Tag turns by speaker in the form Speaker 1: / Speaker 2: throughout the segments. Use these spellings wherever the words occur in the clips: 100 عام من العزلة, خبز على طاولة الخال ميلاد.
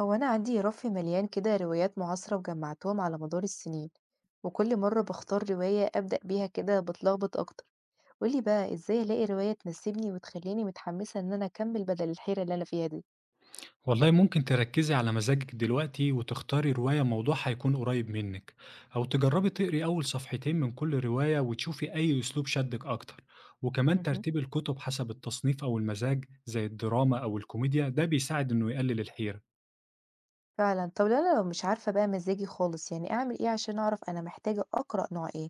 Speaker 1: هو أنا عندي رف مليان كده روايات معاصرة وجمعتهم على مدار السنين. وكل مرة بختار رواية أبدأ بيها كده بتلخبط أكتر. قولي بقى إزاي ألاقي رواية تناسبني وتخليني متحمسة إن أنا أكمل بدل الحيرة اللي أنا فيها دي.
Speaker 2: والله ممكن تركزي على مزاجك دلوقتي وتختاري رواية موضوعها هيكون قريب منك. أو تجربي تقري أول صفحتين من كل رواية وتشوفي أي أسلوب شدك أكتر. وكمان
Speaker 1: مهم.
Speaker 2: ترتيب الكتب حسب التصنيف أو المزاج زي الدراما أو الكوميديا ده بيساعد إنه يقلل الحيرة.
Speaker 1: فعلا، طب لو أنا لو مش عارفة بقى مزاجي خالص يعني أعمل إيه عشان أعرف أنا محتاجة أقرأ نوع إيه؟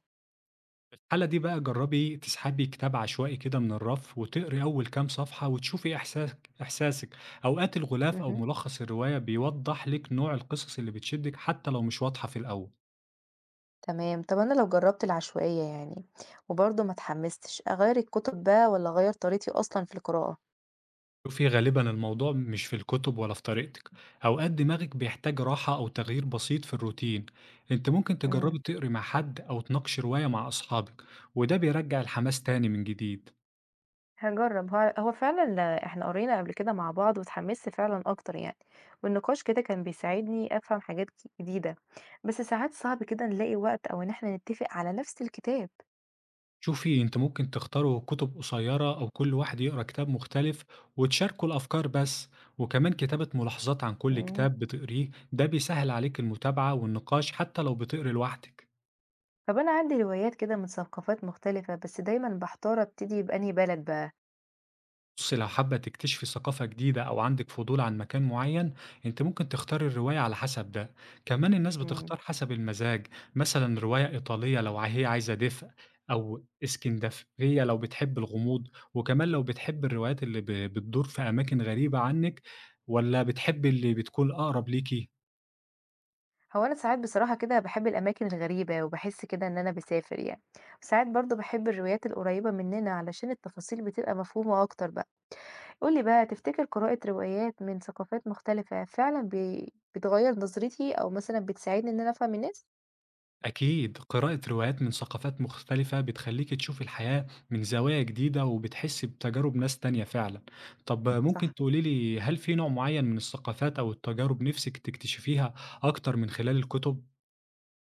Speaker 2: في الحالة دي بقى جربي تسحبي كتاب عشوائي كده من الرف وتقري أول كام صفحة وتشوفي إحساسك. أوقات الغلاف أو
Speaker 1: مهم.
Speaker 2: ملخص الرواية بيوضح لك نوع القصص اللي بتشدك حتى لو مش واضحة في الأول.
Speaker 1: تمام، طب أنا لو جربت العشوائية يعني وبرضه ما اتحمستش أغير الكتب بقى ولا أغير طريقتي أصلا في القراءة؟
Speaker 2: شوفي غالبا الموضوع مش في الكتب ولا في طريقتك. أوقات دماغك بيحتاج راحة أو تغيير بسيط في الروتين. أنت ممكن
Speaker 1: مم.
Speaker 2: تجربي تقري مع حد أو تناقشي رواية مع أصحابك، وده بيرجع الحماس تاني من جديد.
Speaker 1: هاجرّب، هو فعلًا إحنا قرينا قبل كده مع بعض واتحمّست فعلًا أكتر يعني، والنقاش كده كان بيساعدني أفهم حاجات جديدة، بس ساعات صعب كده نلاقي وقت أو إن إحنا نتّفق على نفس الكتاب.
Speaker 2: شوفي أنت ممكن تختاروا كتب قصيرة أو كل واحد يقرأ كتاب مختلف وتشاركوا الأفكار بس. وكمان كتابة ملاحظات عن كل
Speaker 1: إمم.
Speaker 2: كتاب بتقريه ده بيسهل عليك المتابعة والنقاش حتى لو بتقري لوحدك.
Speaker 1: طَب أنا عندي روايات كده من ثقافات مختلفة، بس دايمًا باحتار أبتدي بأنهي بلد بقى.
Speaker 2: بُصّي، لو حابة تكتشفي ثقافة جديدة أو عندِك فضول عن مكان معيّن، أنتِ ممكن تختاري الرواية على حسب ده. كمان الناس
Speaker 1: إمم.
Speaker 2: بتختار حسب المزاج، مثلًا رواية إيطالية لو هي عايزة دفء، أو إسكندفية لو بتحبي الغموض، وكمان لو بتحبي الروايات اللي بتدور في أماكن غريبة عنِّك والّا بتحبي اللي بتكون أقرب ليكِ؟
Speaker 1: هو أنا ساعات بصراحة كده باحب الأماكن الغريبة وباحس كده إن أنا باسافر يعني، وساعات برضه باحب الروايات القريّبة مننا علشان التفاصيل بتبقى مفهومة أكتر بقى. قُل لي بقى، تفتكر قراءة روايات من ثقافات مختلفة فعلًا بتغيّر نظرتي أو مثلًا بتساعدني إن أنا أفهم الناس؟
Speaker 2: أكيد قراءة روايات من ثقافات مختلفة بتخليك تشوف الحياة من زوايا جديدة وبتحس بتجارب ناس تانية فعلا. طب
Speaker 1: صح،
Speaker 2: ممكن تقوليلي هل في نوع معين من الثقافات أو التجارب نفسك تكتشفيها أكتر من خلال الكتب؟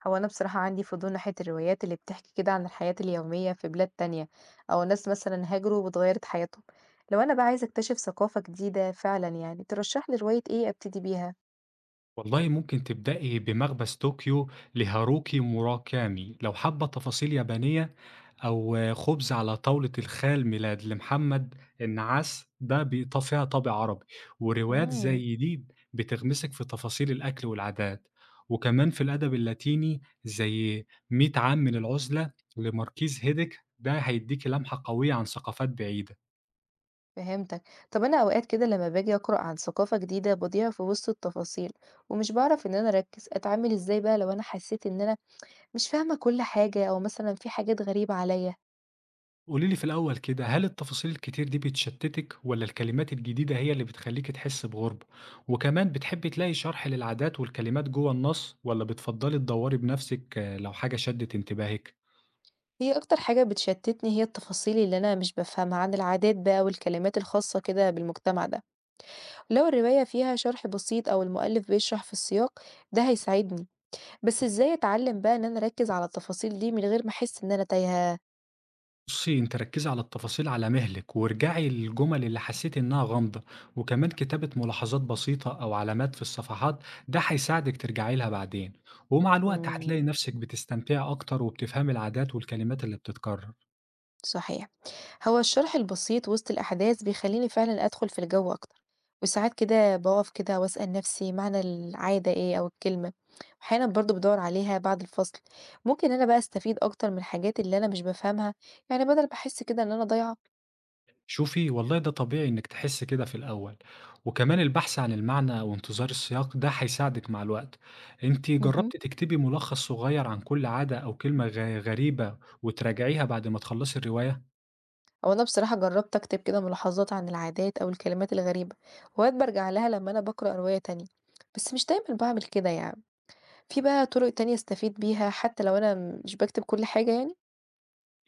Speaker 1: هو أنا بصراحة عندي فضول ناحية الروايات اللي بتحكي كده عن الحياة اليومية في بلاد تانية، أو ناس مثلًا هاجروا واتغيّرت حياتهم، لو أنا بقى عايزة أكتشف ثقافة جديدة فعلًا يعني ترشح لي رواية إيه أبتدي بيها؟
Speaker 2: والله ممكن تبدأي بمخبز طوكيو لهاروكي موراكامي لو حابة تفاصيل يابانية، أو خبز على طاولة الخال ميلاد لمحمد النعاس ده بيطفيها فيها طابع عربي. وروايات
Speaker 1: إمم،
Speaker 2: زي دي بتغمسك في تفاصيل الأكل والعادات. وكمان في الأدب اللاتيني زي 100 عام من العزلة لماركيز هيدك ده هيديكي لمحة قوية عن ثقافات بعيدة.
Speaker 1: فهمتك، طب أنا أوقات كده لمّا باجي أقرأ عن ثقافة جديدة باضيع في وسط التفاصيل، ومش باعرف إن أنا أركّز، أتعامل إزاي بقى لو أنا حسيت إن أنا مش فاهمة كل حاجة أو مثلًا في حاجات غريبة عليَّ؟
Speaker 2: قولي لي في الأول كده هل التفاصيل الكتير دي بتشتتك ولا الكلمات الجديدة هي اللي بتخليكي تحسي بغربة؟ وكمان بتحبي تلاقي شرح للعادات والكلمات جوه النص ولا بتفضلي تدوري بنفسك لو حاجة شدت انتباهك؟
Speaker 1: هي أكتر حاجة بتشتتني هي التفاصيل اللي أنا مش بافهمها عن العادات بقى والكلمات الخاصة كده بالمجتمع ده، لو الرواية فيها شرح بسيط أو المؤلف بيشرح في السياق ده هيساعدني، بس إزاي أتعلم بقى إن أنا أركز على التفاصيل دي من غير ما أحس إن أنا تايهة؟
Speaker 2: بصي انت ركزي على التفاصيل على مهلك وارجعي للجمل اللي حسيتي انها غامضة. وكمان كتابة ملاحظات بسيطة او علامات في الصفحات ده هيساعدك ترجعي لها بعدين. ومع الوقت
Speaker 1: إمم.
Speaker 2: هتلاقي نفسك بتستمتعي اكتر وبتفهمي العادات والكلمات اللي بتتكرر.
Speaker 1: صحيح. هو الشرح البسيط وسط الأحداث بيخلّيني فعلًا أدخل في الجو أكتر، وساعات كده باقف كده وأسأل نفسي معنى العادة إيه أو الكلمة، وأحيانًا برضه بادوّر عليها بعد الفصل. ممكن أنا بقى أستفيد أكتر من الحاجات اللي أنا مش بافهمها، يعني بدل ما أحس كده إن أنا ضايعة؟
Speaker 2: شوفي والله ده طبيعي إنِك تحسي كده في الأول، وكمان البحث عن المعنى وانتظار السياق ده هيساعدك مع الوقت، أنتِ
Speaker 1: اهم.
Speaker 2: جربتِ تكتبي ملخص صغير عن كل عادة أو كلمة غريبة وتراجعيها بعد ما تخلصي الرواية؟
Speaker 1: هو أنا بصراحة جرّبت أكتب كده ملاحظات عن العادات أو الكلمات الغريبة، وأوقات بارجع لها لما أنا باقرأ رواية تانية، بس مش دايمًا باعمل كده يعني. في بقى طرق تانية أستفيد بيها حتى لو أنا مش باكتب كل حاجة يعني؟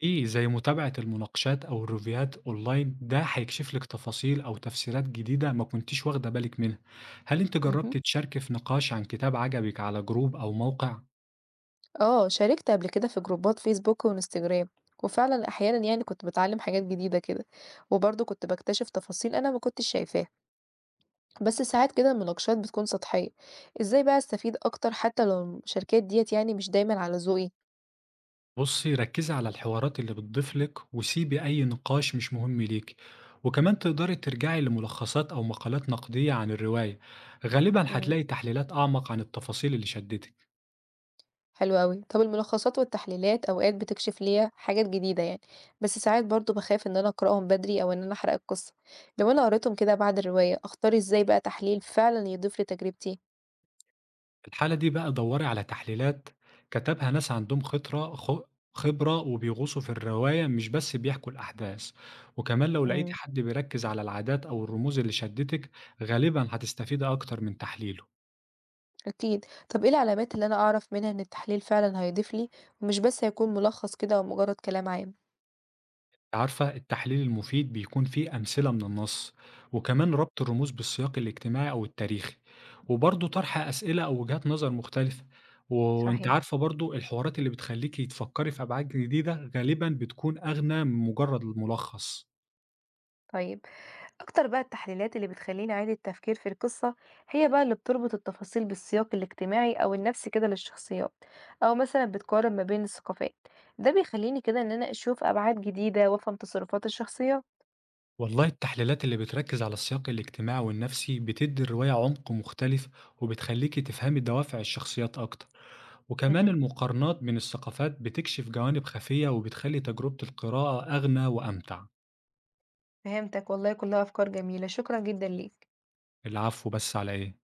Speaker 2: إيه زي متابعة المناقشات أو الريفيوهات أونلاين ده هيكشف لك تفاصيل أو تفسيرات جديدة ما كنتيش واخدة بالك منها، هل أنتِ
Speaker 1: اهم.
Speaker 2: جربتِ تشاركي في نقاش عن كتاب عجبك على جروب أو موقع؟
Speaker 1: اه، شاركت قبل كده في جروبات فيسبوك وانستجرام، وفعلا احيانا يعني كنت بتعلم حاجات جديدة كده، وبرضه كنت بكتشف تفاصيل انا ما كنتش شايفاها، بس ساعات كده المناقشات بتكون سطحية. ازاي بقى استفيد اكتر حتى لو المشاركات ديت يعني مش دايما على ذوقي؟
Speaker 2: بُصّي، ركّزي على الحوارات اللي بتضيف لِك وسيبي أي نقاش مش مهم ليكِ، وكمان تقدري ترجعي لملخصات أو مقالات نقدية عن الرواية، غالبًا
Speaker 1: امم.
Speaker 2: هتلاقي تحليلات أعمق عن التفاصيل اللي شدِّتِك.
Speaker 1: حلو قوي، طب الملخصات والتحليلات اوقات بتكشف ليا حاجات جديدة يعني، بس ساعات برضه بخاف ان انا اقراهم بدري او ان انا احرق القصة. لو انا قريتهم كده بعد الرواية، اختار ازاي بقى تحليل فعلا يضيف لتجربتي؟
Speaker 2: في الحالة دي بقى دوري على تحليلات كتبها ناس عندهم خطرة خ خبرة وبيغوصوا في الرواية مش بس بيحكوا الأحداث، وكمان لو لقيتِ حد بيركّز على العادات أو الرموز اللي شدِّتِك غالبًا هتستفيدي أكتر من تحليله.
Speaker 1: أكيد، طب إيه العلامات اللي أنا أعرف منها إن التحليل فعلًا هيضيف لي، ومش بس هيكون ملخص كده أو مجرد كلام عام؟
Speaker 2: عارفة التحليل المفيد بيكون فيه أمثلة من النص، وكمان ربط الرموز بالسياق الاجتماعي أو التاريخي، وبرضه طرح أسئلة أو وجهات نظر مختلفة. وأنت
Speaker 1: صحيح.
Speaker 2: عارفة برضه الحوارات اللي بتخليكي تفكري في أبعاد جديدة غالبا بتكون أغنى من مجرد الملخص.
Speaker 1: طيب، أكتر بقى التحليلات اللي بتخليني أعيد التفكير في القصة هي بقى اللي بتربط التفاصيل بالسياق الاجتماعي أو النفسي كده للشخصيات، أو مثلا بتقارن ما بين الثقافات. ده بيخليني كده إن أنا أشوف أبعاد جديدة وأفهم تصرفات الشخصيات.
Speaker 2: والله التحليلات اللي بتركز على السياق الاجتماعي والنفسي بتدي الرواية عمق مختلف وبتخليكي تفهمي دوافع الشخصيات أكتر. وكمان
Speaker 1: مهم.
Speaker 2: المقارنات بين الثقافات بتكشف جوانب خفية وبتخلي تجربة القراءة أغنى وأمتع.
Speaker 1: فهمتك، والله كلها أفكار جميلة، شكرا جدا ليك.
Speaker 2: العفو، بس على إيه؟